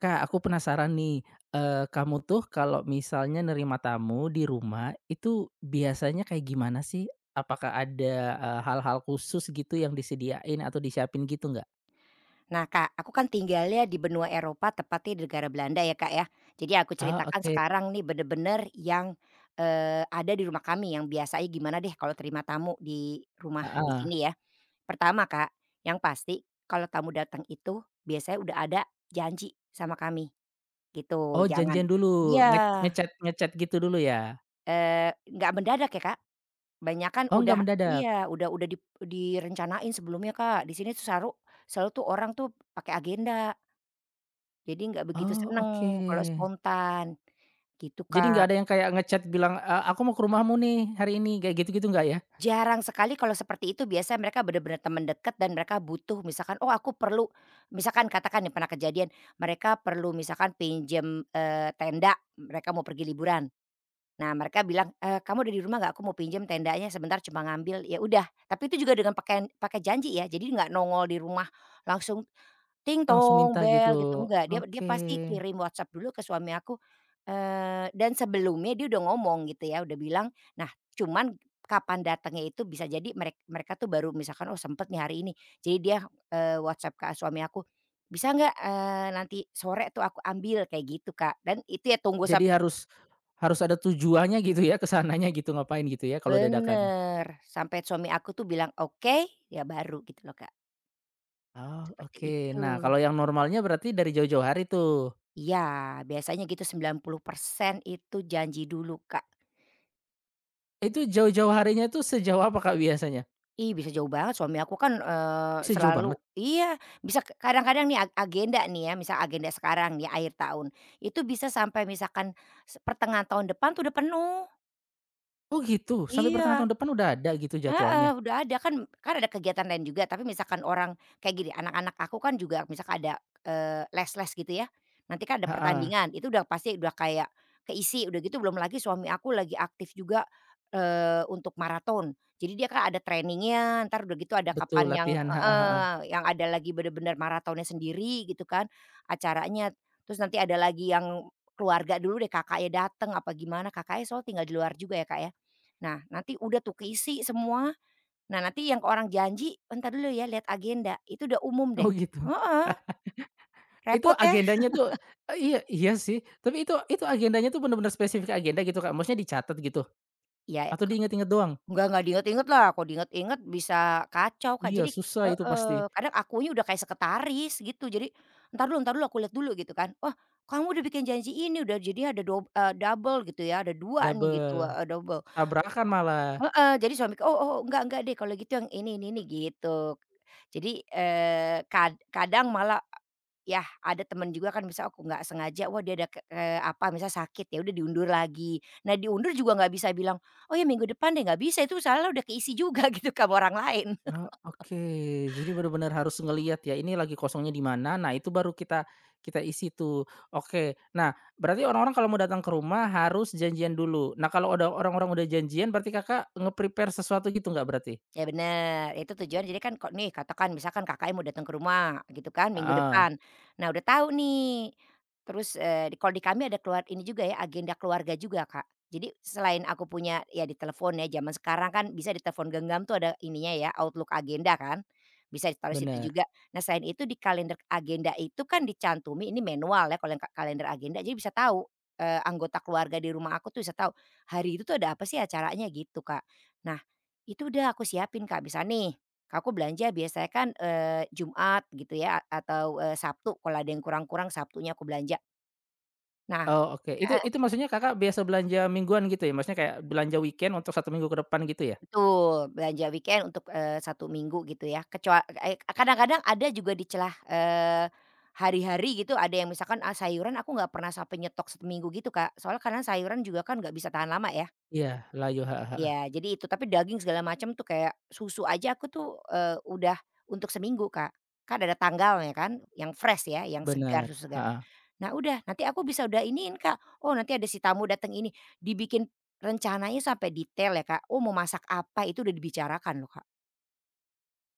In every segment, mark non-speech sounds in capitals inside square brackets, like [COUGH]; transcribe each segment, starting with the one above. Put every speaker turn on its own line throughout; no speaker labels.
Kak, aku penasaran nih, kamu tuh kalau misalnya nerima tamu di rumah, itu biasanya kayak gimana sih? Apakah ada, hal-hal khusus gitu yang disediain atau disiapin gitu nggak?
Nah Kak, aku kan tinggalnya di benua Eropa, tepatnya di negara Belanda ya Kak ya. Jadi aku
Ah,
ceritakan
oke,
sekarang nih bener-bener yang, ada di rumah kami, yang biasanya gimana deh kalau terima tamu di rumah di
heeh.
sini ya. Pertama Kak, yang pasti kalau tamu datang itu biasanya udah ada janji sama kami gitu,
Oh,
jangan
janjian dulu,
iya,
ngechat gitu dulu ya?
nggak mendadak ya Kak. Banyak kan
Oh,
udah
nggak mendadak?
iya, udah dip direncanain sebelumnya Kak, di sini tuh selalu tuh orang tuh pakai agenda. Jadi nggak begitu
Oh,
seneng
oke.
kalau spontan, gitu
Jadi nggak
Kak.
ada yang kayak bilang, "Aku mau ke rumahmu nih hari ini," kayak gitu-gitu nggak ya?
Jarang sekali kalau seperti itu, biasanya mereka bener-bener teman dekat dan mereka butuh misalkan, "Oh aku perlu," misalkan katakan nih pernah kejadian, mereka perlu misalkan pinjem, tenda, mereka mau pergi liburan. Nah mereka bilang, "Kamu udah di rumah nggak? Aku mau pinjem tendanya sebentar, cuma ngambil." Ya udah, tapi itu juga dengan pakai pakai janji ya, jadi nggak nongol di rumah langsung ting
Langsung
tong
minta gitu,
bel gitu, enggak, dia dia
oke.
pasti kirim WhatsApp dulu ke suami aku, dan sebelumnya dia udah ngomong gitu ya, udah bilang, nah cuman kapan datangnya itu bisa jadi mereka tuh baru misalkan, "Oh sempet nih hari ini." Jadi dia, WhatsApp ke suami aku, "Bisa nggak, eee, nanti sore tuh aku ambil?" Kayak gitu, Kak, dan itu ya tunggu
Jadi harus harus ada tujuannya gitu ya, kesananya gitu, ngapain gitu ya kalau dadakan?
bener, sampai suami aku tuh bilang, "Oke," ya baru gitu loh, Kak,
Oh,
seperti
oke.
itu.
Nah, kalau yang normalnya berarti dari jauh-jauh hari tuh.
Iya, biasanya gitu 90% itu janji dulu, Kak.
Itu jauh-jauh harinya tuh sejauh apa, Kak, biasanya?
Ih, bisa jauh banget suami aku kan,
Sejauh
selalu
banget?
iya, bisa kadang-kadang nih agenda nih ya, misal agenda sekarang nih akhir tahun, itu bisa sampai misalkan pertengahan tahun depan tuh udah penuh.
Oh, gitu? Sampai pertengahan
Iya.
tahun depan udah ada gitu
Heeh,
jadwalnya?
udah ada, kan kan ada kegiatan lain juga tapi misalkan orang kayak gini, anak-anak aku kan juga misalkan ada, les-les gitu ya, nanti kan ada
Heeh,
pertandingan, itu udah pasti udah kayak keisi udah gitu, belum lagi suami aku lagi aktif juga, untuk maraton, jadi dia kan ada training-nya entar udah gitu ada
betul
kapan yang
latihan, heeh heeh.
heeh, yang ada lagi bener-bener maratonnya sendiri gitu kan, acaranya. Terus nanti ada lagi yang keluarga dulu deh, kakaknya dateng apa gimana, kakaknya soalnya tinggal di luar juga ya Kak ya, nah nanti udah tuh keisi semua. Nah, nanti yang orang janji, "Entar dulu ya, lihat agenda," itu udah umum deh.
Oh, gitu.
Heeh,
[LAUGHS] Itu
repot ya.
agendanya tuh iya iya sih, tapi itu agendanya tuh bener-bener spesifik agenda gitu, Kak? Maksudnya dicatat gitu?
Ya
Atau
ke
diinget-inget doang?
enggak diinget-inget lah, kalau diinget-inget bisa kacau, Kak.
Iya,
Jadi
susah itu
heeh,
pasti,
kadang akunya udah kayak sekretaris gitu. Jadi, "Entar dulu, entar dulu, aku lihat dulu," gitu kan. "Wah, kamu udah bikin janji ini, udah jadinya ada double gitu ya, ada dua nih," gitu,
double,
heeh, double.
tabrakan malah.
Heeh, jadi suami, "Oh oh, enggak deh kalau gitu, yang ini," gitu. Jadi, kadang malah, yah, ada temen juga kan, misal aku nggak sengaja, wah dia ada apa, misal sakit, ya udah diundur lagi. Nah diundur juga nggak bisa bilang, "Oh ya minggu depan deh," nggak bisa, itu soalnya udah keisi juga [LAUGHS] gitu sama orang lain.
Oh, oke. Jadi benar-benar harus ngelihat ya, ini lagi kosongnya di mana, nah itu baru kita kita isi tuh. Oke. Nah, berarti orang-orang kalau mau datang ke rumah harus janjian dulu. Nah, kalau udah orang-orang udah janjian berarti Kakak nge-prepare sesuatu gitu nggak berarti?
Ya bener, itu tujuan, jadi kan kok nih, katakan misalkan Kakaknya mau datang ke rumah gitu kan minggu
Ah
depan. Nah udah tahu nih, terus, kalau di kami ada keluar ini juga ya, agenda keluarga juga Kak. Jadi selain aku punya ya di telepon, ya zaman sekarang kan bisa di telepon genggam tuh ada ininya ya, Outlook agenda kan, bisa ditaruh situ
benar.
juga. Nah selain itu di kalender agenda itu kan dicantumi ini manual ya, kalau yang kalender agenda, jadi bisa tahu, anggota keluarga di rumah aku tuh bisa tahu, hari itu tuh ada apa sih acaranya gitu Kak. Nah itu udah aku siapin Kak, misal nih, aku belanja biasanya kan, Jumat gitu ya, atau, Sabtu, kalau ada yang kurang-kurang Sabtunya aku belanja. Nah
Oh, oke. Itu
heeh,
itu maksudnya Kakak biasa belanja mingguan gitu ya? Maksudnya kayak belanja weekend untuk satu minggu ke depan gitu ya?
betul, belanja weekend untuk, 1 minggu gitu ya. Kecuali kadang-kadang ada juga di celah, hari-hari gitu ada yang misalkan, ah, sayuran aku nggak pernah sampai nyetok seminggu gitu Kak, soalnya karena sayuran juga kan nggak bisa tahan lama ya.
Iya, layu, ha heeh.
Iya, jadi itu, tapi daging segala macam tuh kayak susu aja aku tuh, udah untuk seminggu, Kak. Kan ada tanggalnya kan, yang fresh ya, yang segar,
Bener,
susu segar.
Ha. Ha.
Nah udah, nanti aku bisa udah iniin, Kak, "Oh nanti ada si tamu datang ini." Dibikin rencananya sampai detail ya, Kak. Oh mau masak apa itu udah dibicarakan loh, Kak.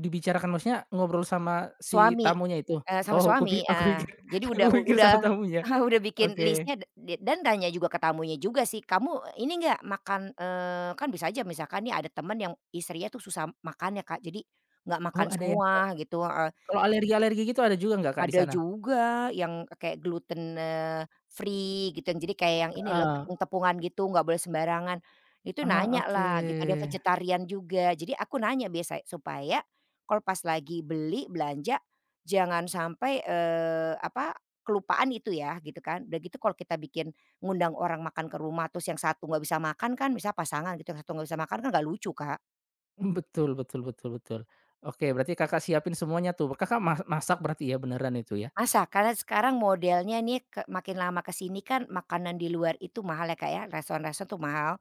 Dibicarakan maksudnya ngobrol sama si
Suami,
tamunya itu?
eee, sama
Oh,
suami,
aku
heeh.
pikir
Jadi
[LAUGHS] aku
udah
pikir
udah
sama tamunya.
[LAUGHS] udah bikin
Oke.
list-nya, da da dan tanya juga ke tamunya juga sih, "Kamu ini nggak makan," kan bisa aja misalkan nih ada temen yang istrinya tuh susah makannya Kak, jadi nggak
Oh,
makan
ada yang kayak.
semua gitu, heeh.
Kalau alergi-alergi gitu ada juga nggak, Kak, di
Ada
sana?
juga yang kayak gluten, free gitu, yang jadi kayak yang ini loh,
Heeh.
tepung-tepungan gitu, nggak boleh sembarangan. Itu
Ah,
nanya
oke.
lah gitu, ada yang vegetarian juga. Jadi aku nanya biasa supaya kalau pas lagi beli, belanja jangan sampai, apa, kelupaan itu ya gitu kan. Udah gitu kalau kita bikin, ngundang orang makan ke rumah terus yang satu nggak bisa makan kan, misal pasangan gitu, yang satu nggak bisa makan kan nggak lucu, Kak.
Mmm, betul betul betul betul. Oke, berarti Kakak siapin semuanya tuh. Kakak masak berarti ya, beneran itu ya?
Masak, karena sekarang modelnya nih ke makin lama ke sini kan makanan di luar itu mahal ya, Kak, ya, restoran-restoran tuh mahal,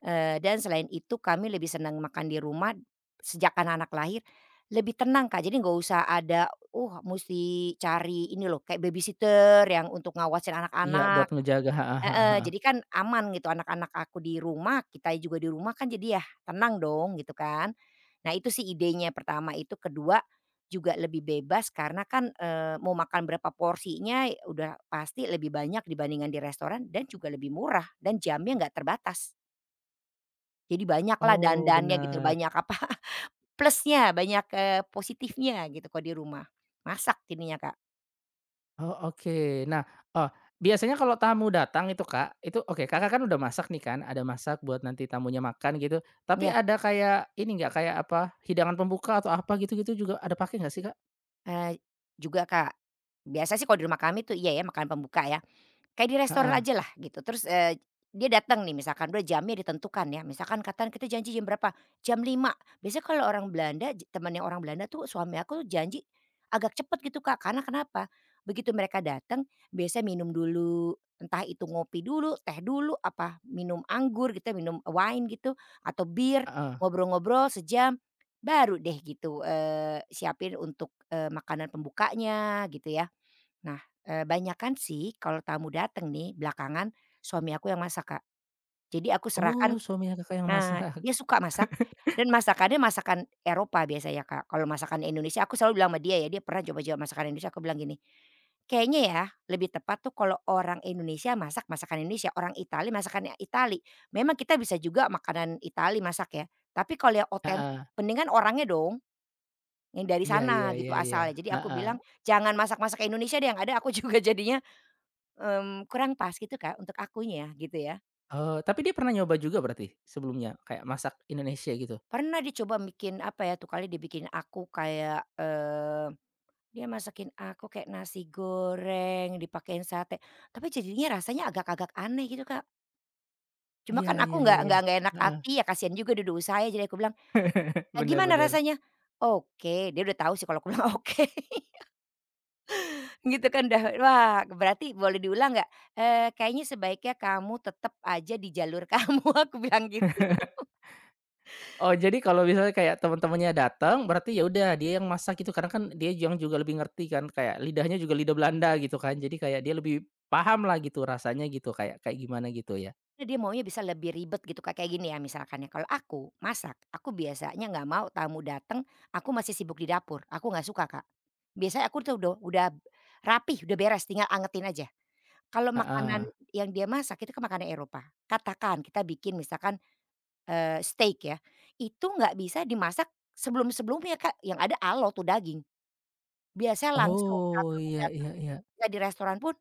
dan selain itu kami lebih senang makan di rumah sejak anak-anak lahir, lebih tenang, Kak, jadi nggak usah ada, mesti cari ini loh kayak babysitter yang untuk ngawasin
Iya, buat
anak-anak.
ngejaga heeh heeh
Heeh,
heeh.
jadi kan aman gitu anak-anak aku di rumah, kita juga di rumah kan, jadi ya tenang dong gitu kan. Nah itu sih idenya pertama itu, kedua juga lebih bebas karena kan, mau makan berapa porsinya ya udah pasti lebih banyak dibandingkan di restoran dan juga lebih murah dan jamnya nggak terbatas. Jadi banyaklah
Oh,
dandannya gitu,
bener.
banyak apa, [LAUGHS] plusnya, banyak, positifnya gitu kalau di rumah. Masak jadinya Kak.
Oh, oke. Nah, eee, biasanya kalau tamu datang itu, Kak, itu oke, Kakak kan udah masak nih kan, ada masak buat nanti tamunya makan gitu, tapi
Ya,
ada kayak ini nggak, kayak apa, hidangan pembuka atau apa gitu-gitu juga ada pakai nggak sih, Kak?
eee, juga Kak, biasa sih kalau di rumah kami tuh iya ya makan pembuka ya. Kayak di restoran
Heeh
aja lah gitu. Terus, dia datang nih, misalkan udah jamnya ditentukan ya, misalkan katakan kita janji jam berapa, jam lima. Biasanya kalau orang Belanda, temannya orang Belanda tuh, suami aku tuh janji agak cepet gitu Kak, karena kenapa, begitu mereka datang biasanya minum dulu, entah itu ngopi dulu, teh dulu, apa minum anggur gitu, ya, minum wine gitu atau bir,
heeh.
ngobrol-ngobrol sejam, baru deh gitu, siapin untuk, makanan pembukanya gitu ya. Nah, banyakan sih kalau tamu dateng nih belakangan suami aku yang masak, Kak. Jadi aku serahkan.
Oh, suaminya Kakak yang
Nah,
masak? [LAUGHS]
dia suka masak dan masakannya masakan Eropa biasanya, Kak. Kalau masakan Indonesia aku selalu bilang sama dia ya, dia pernah coba-coba masakan Indonesia, aku bilang gini, "Kayaknya ya lebih tepat tuh kalau orang Indonesia masak masakan Indonesia, orang Itali masakan Itali. Memang kita bisa juga makanan Itali masak ya, tapi kalau yang otentik
Heeh.
mendingan orangnya dong yang dari
Iya
sana
iya
gitu
iya iya,
asalnya." Jadi aku
heeh.
bilang, "Jangan masak-masak Indonesia deh, yang ada aku [LAUGHS] juga jadinya kurang pas gitu Kak, untuk akunya gitu ya."
Oh, tapi dia pernah nyoba juga berarti sebelumnya? Kayak masak Indonesia gitu?
Pernah dicoba bikin apa ya, tuh kali dibikin aku kayak, dia masakin aku kayak nasi goreng dipakein sate, tapi jadinya rasanya agak-agak aneh gitu Kak. Cuma
Iya
kan
iya
aku
iya iya,
nggak enak
heeh,
hati ya, kasihan juga dia udah usaha ya, jadi aku bilang,
[LAUGHS]
"
bener
gimana
bener.
rasanya?" "Oke," dia udah tahu sih kalau aku bilang [LAUGHS] oke gitu kan, dah wah berarti boleh diulang nggak? " kayaknya sebaiknya kamu tetap aja di jalur [LAUGHS] kamu," aku bilang gitu.
Oh, jadi kalau misalnya kayak teman-temannya datang, berarti ya udah dia yang masak gitu, karena kan dia yang juga lebih ngerti kan, kayak lidahnya juga lidah Belanda gitu kan, jadi kayak dia lebih paham lah gitu rasanya gitu, kayak kayak gimana gitu ya?
Dia maunya bisa lebih ribet gitu Kak, kayak gini ya misalkan ya, kalau aku masak, aku biasanya nggak mau tamu datang, aku masih sibuk di dapur, aku nggak suka Kak. Biasanya aku tuh udah rapih, udah beres tinggal angetin aja. Kalau makanan
Heeh.
yang dia masak itu kan makanan Eropa, katakan kita bikin misalkan, steak ya, itu nggak bisa dimasak sebelum-sebelumnya Kak, yang ada alo tuh daging. Biasanya langsung saat
Oh,
tamu
iya iya
datang,
iya.
nggak di restoran pun,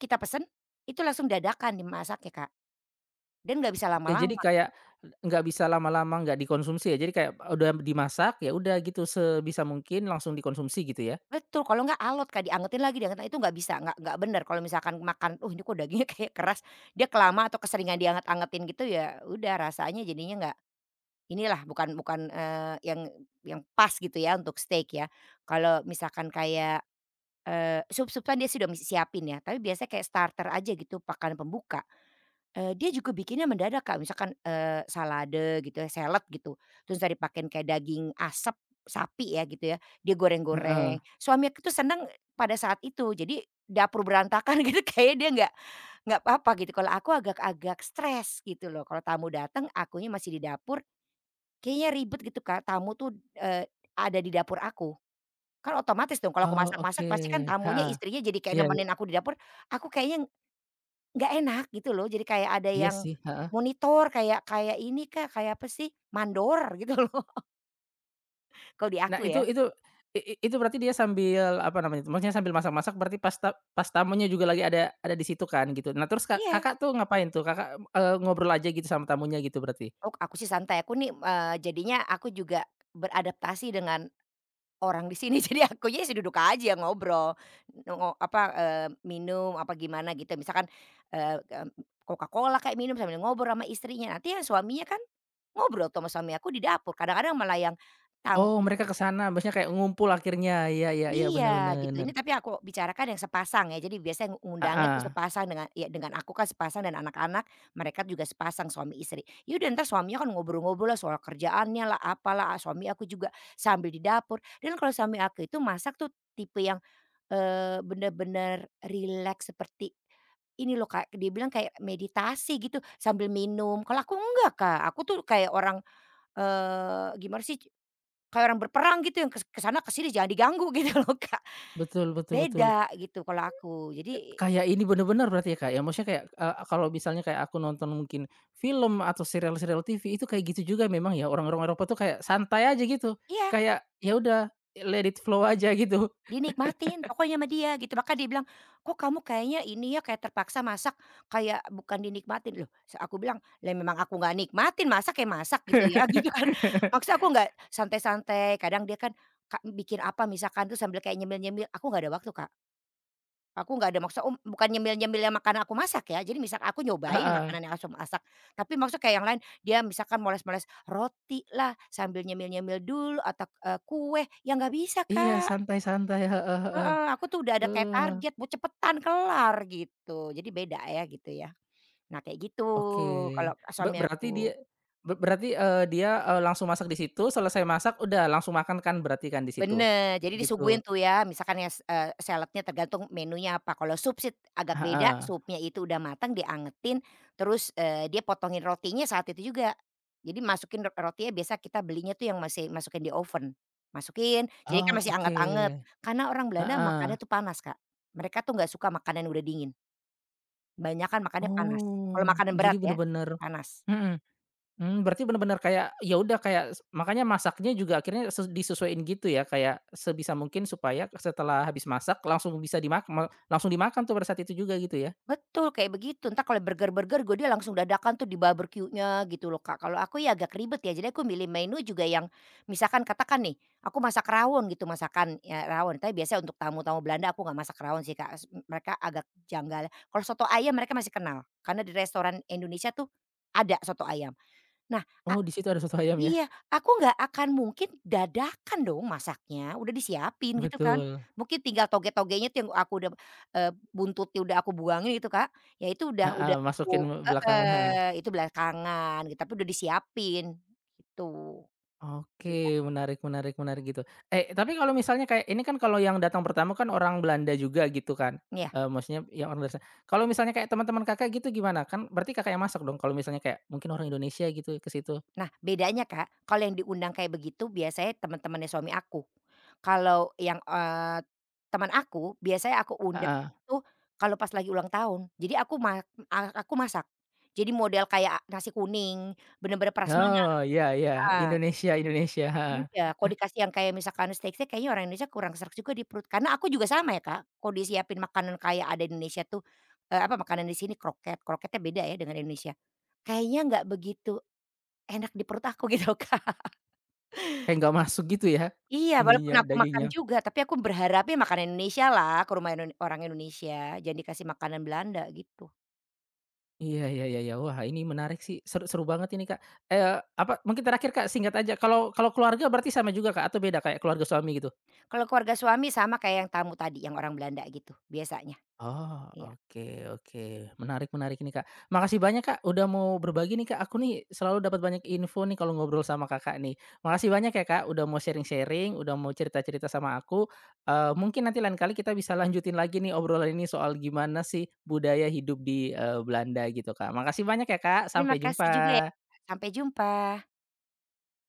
kita pesen, itu langsung dadakan dimasaknya Kak, dan nggak bisa
Oke, jadi
lama-lama.
kayak nggak bisa lama-lama nggak dikonsumsi ya? Jadi kayak udah dimasak, ya udah gitu sebisa mungkin langsung dikonsumsi gitu ya?
Betul, kalau nggak alot, Kak, diangetin lagi diangetin itu nggak bisa, nggak bener kalau misalkan makan, ini kok dagingnya [LAUGHS] kayak keras." Dia kelamaan atau keseringan dianget-angetin gitu, ya udah rasanya jadinya nggak inilah, bukan, bukan, yang pas gitu ya untuk steak ya. Kalau misalkan kayak, sup-sup kan dia sudah mesti siapin ya, tapi biasanya kayak starter aja gitu, makanan pembuka. Dia juga bikinnya mendadak, Kak, misalkan, salade gitu ya, salad gitu, terus tadi dipakein kayak daging asap sapi ya gitu ya, dia goreng-goreng.
Heeh.
Suami aku tuh seneng pada saat itu, jadi dapur berantakan [LAUGHS] gitu, kayaknya dia nggak apa-apa gitu, kalau aku agak-agak stres gitu loh, kalau tamu dateng akunya masih di dapur, kayaknya ribet gitu, Kak, tamu tuh, eee, ada di dapur aku. Kan otomatis dong kalau aku
Oh, oke,
masak-masak pasti kan tamunya,
heeh,
istrinya jadi kayak
iya iya,
nemenin aku di dapur, aku kayaknya nggak enak gitu loh, jadi kayak ada
iya
yang
sih, heeh.
monitor, kayak kayak ini Kak, kayak apa sih, mandor gitu loh, [LAUGHS] kalau di
Nah
aku ya.
itu i itu berarti dia sambil apa namanya itu, maksudnya sambil masak-masak berarti pas tamunya juga lagi ada di situ kan gitu. Nah terus
Iya,
Kakak tuh ngapain tuh? Kakak, ngobrol aja gitu sama tamunya gitu berarti?
oh aku sih santai, aku nih, jadinya aku juga beradaptasi dengan orang di sini, [LAUGHS] jadi akunya sih duduk aja ngobrol, ngo apa, minum apa gimana gitu, misalkan, eee, mmm, Coca-Cola kayak minum sambil ngobrol sama istrinya, nanti yang suaminya kan ngobrol tuh sama suami aku di dapur, kadang-kadang malah yang tam
Oh mereka ke sana, maksudnya kayak ngumpul akhirnya, iya iya iya, bener
iya gitu,
bener.
ini tapi aku bicarakan yang sepasang ya, jadi biasanya ngu ngundangnya tuh
Heeh,
sepasang dengan aku kan sepasang dan anak-anak, mereka juga sepasang suami istri. Ya udah entar suaminya kan ngobrol-ngobrol lah soal kerjaannya lah, apalah, ah, suami aku juga sambil di dapur. Dan kalau suami aku itu masak tuh tipe yang, bener-bener relax seperti ini loh Kak, dia bilang kayak meditasi gitu sambil minum, kalau aku enggak Kak, aku tuh kayak orang, gimana sih, kayak orang berperang gitu yang kes ke sana jangan diganggu [LAUGHS] gitu loh Kak.
betul betul betul.
Beda gitu kalau aku. Jadi
Kayak ini bener-bener berarti ya, Kak, ya? Maksudnya kayak, kalau misalnya kayak aku nonton mungkin film atau serial-serial TV itu kayak gitu juga memang ya, orang-orang Eropa tuh kayak santai aja gitu,
iya,
kayak ya udah let it flow aja gitu.
dinikmatin pokoknya sama dia gitu. Maka dia bilang, "Kok kamu kayaknya ini ya, kayak terpaksa masak, kayak bukan dinikmatin." Loh, se aku bilang, "Lah memang aku nggak nikmatin, masak kayak masak," gitu ya, [LAUGHS] gitu
[LAUGHS]
kan. Maksudnya aku nggak santai-santai, kadang dia kan ka bikin apa misalkan, tuh sambil kayak nyemil-nyemil, aku nggak ada waktu, Kak. Aku nggak ada maksud bukan nyemil-nyemil yang makanan aku masak ya, jadi misal aku nyobain
Heeh,
makanan yang aku masak, tapi maksud kayak yang lain, dia misalkan moles-moles roti lah, sambil nyemil-nyemil dulu atau, kue, ya nggak bisa,
iya
Kak.
santai-santai, heeh heeh,
Heeh, aku tuh udah ada kayak
eee,
target, mau cepetan kelar gitu, jadi beda ya gitu ya. Nah kayak gitu
oke.
kalau suami
Berarti
aku.
dia berarti, dia, langsung masak di situ, selesai masak udah langsung makan kan berarti kan di situ?
Bener, jadi
Gitu,
disuguhin tuh ya misalkan ya, s saladnya tergantung menunya apa, kalau sup sih agak beda,
heeh.
supnya itu udah matang diangetin, terus, dia potongin rotinya saat itu juga. Jadi masukin ro rotinya biasa kita belinya tuh yang masih masukin di oven, masukin jadi kan
Oh,
masih
oke,
anget-anget, karena orang Belanda
heeh.
makannya tuh panas, Kak. Mereka tuh nggak suka makanan udah dingin, banyakan makannya panas, kalau
Oh,
makanan berat
jadi
ya,
bener-bener
panas.
mhm, mmm, berarti bener-bener kayak, ya udah kayak s makanya masaknya juga akhirnya disesuaiin gitu ya, kayak sebisa mungkin supaya setelah habis masak langsung bisa dimakan langsung dimakan tuh pada saat itu juga gitu ya?
Betul, kayak begitu. Entah kalau burger-burger gue dia langsung dadakan tuh di barbekyunya gitu loh, Kak. Kalau aku ya agak ribet ya, jadi aku milih menu juga yang misalkan katakan nih, aku masak rawon gitu, masakan ya rawon, tapi biasanya untuk tamu-tamu Belanda aku nggak masak rawon sih, Kak, s mereka agak janggal. Kalau soto ayam mereka masih kenal, karena di restoran Indonesia tuh ada soto ayam. Nah
Oh, di situ ada soto ayam ya?
iya, aku nggak akan mungkin dadakan dong masaknya, udah disiapin gitu kan.
Betul,
Mungkin tinggal toge-togenya tuh yang aku udah, eee, buntutnya udah aku buangin gitu, Kak. Ya itu udah
heeh,
udah aku
masukin belakangan, ha.
heeh, itu belakangan gitu, tapi udah disiapin, gitu beda.
Oke, menarik menarik menarik gitu. Eh, tapi kalau misalnya kayak ini kan kalau yang datang pertama kan orang Belanda juga gitu kan,
Iya.
maksudnya ya orang Belanda. Kalau misalnya kayak teman-teman Kakak gitu gimana? Kan berarti Kakak yang masak dong kalau misalnya kayak mungkin orang Indonesia gitu ke situ?
Nah, bedanya Kak, kalau yang diundang kayak begitu biasanya teman-temannya suami aku. Kalau yang, teman aku biasanya aku undang
Heeh.
tuh kalau pas lagi ulang tahun. Jadi aku ma a aku masak. Jadi model kayak nasi kuning, bener-bener prasmanan
Oh, iya iya,
heeh,
Indonesia Indonesia, heeh.
iya, kalau dikasih yang kayak misalkan steak-steak kayaknya orang Indonesia kurang serak juga di perut. Karena aku juga sama ya Kak, kalau disiapin makanan kayak ada di Indonesia tuh, apa makanan di sini kroket, kroketnya beda ya dengan Indonesia. Kayaknya nggak begitu enak di perut aku [LAUGHS] gitu Kak.
Kayak nggak masuk gitu ya,
Iya, walaupun
ininya,
aku makan
dagingnya.
juga, tapi aku berharapnya makanan Indonesia lah, ke rumah Indone orang Indonesia, jangan dikasih makanan Belanda, gitu.
Iya iya iya iya. Wah ini menarik sih, seru seru banget ini Kak. Eh apa mungkin terakhir Kak singkat aja, kalau kalau keluarga berarti sama juga Kak atau beda kayak keluarga suami gitu?
Kalau keluarga suami sama kayak yang tamu tadi, yang orang Belanda gitu, biasanya.
Oh,
Iya.
oke oke. Menarik menarik ini, Kak. Makasih banyak, Kak, udah mau berbagi nih, Kak. Aku nih selalu dapat banyak info nih kalau ngobrol sama Kakak nih. Makasih banyak ya, Kak, udah mau sharing-sharing, udah mau cerita-cerita sama aku. Mungkin nanti lain kali kita bisa lanjutin lagi nih obrolan ini soal gimana sih budaya hidup di, Belanda gitu, Kak. Makasih banyak ya, Kak.
Terima
Sampai
kasih juga ya,
jumpa.
sampai jumpa.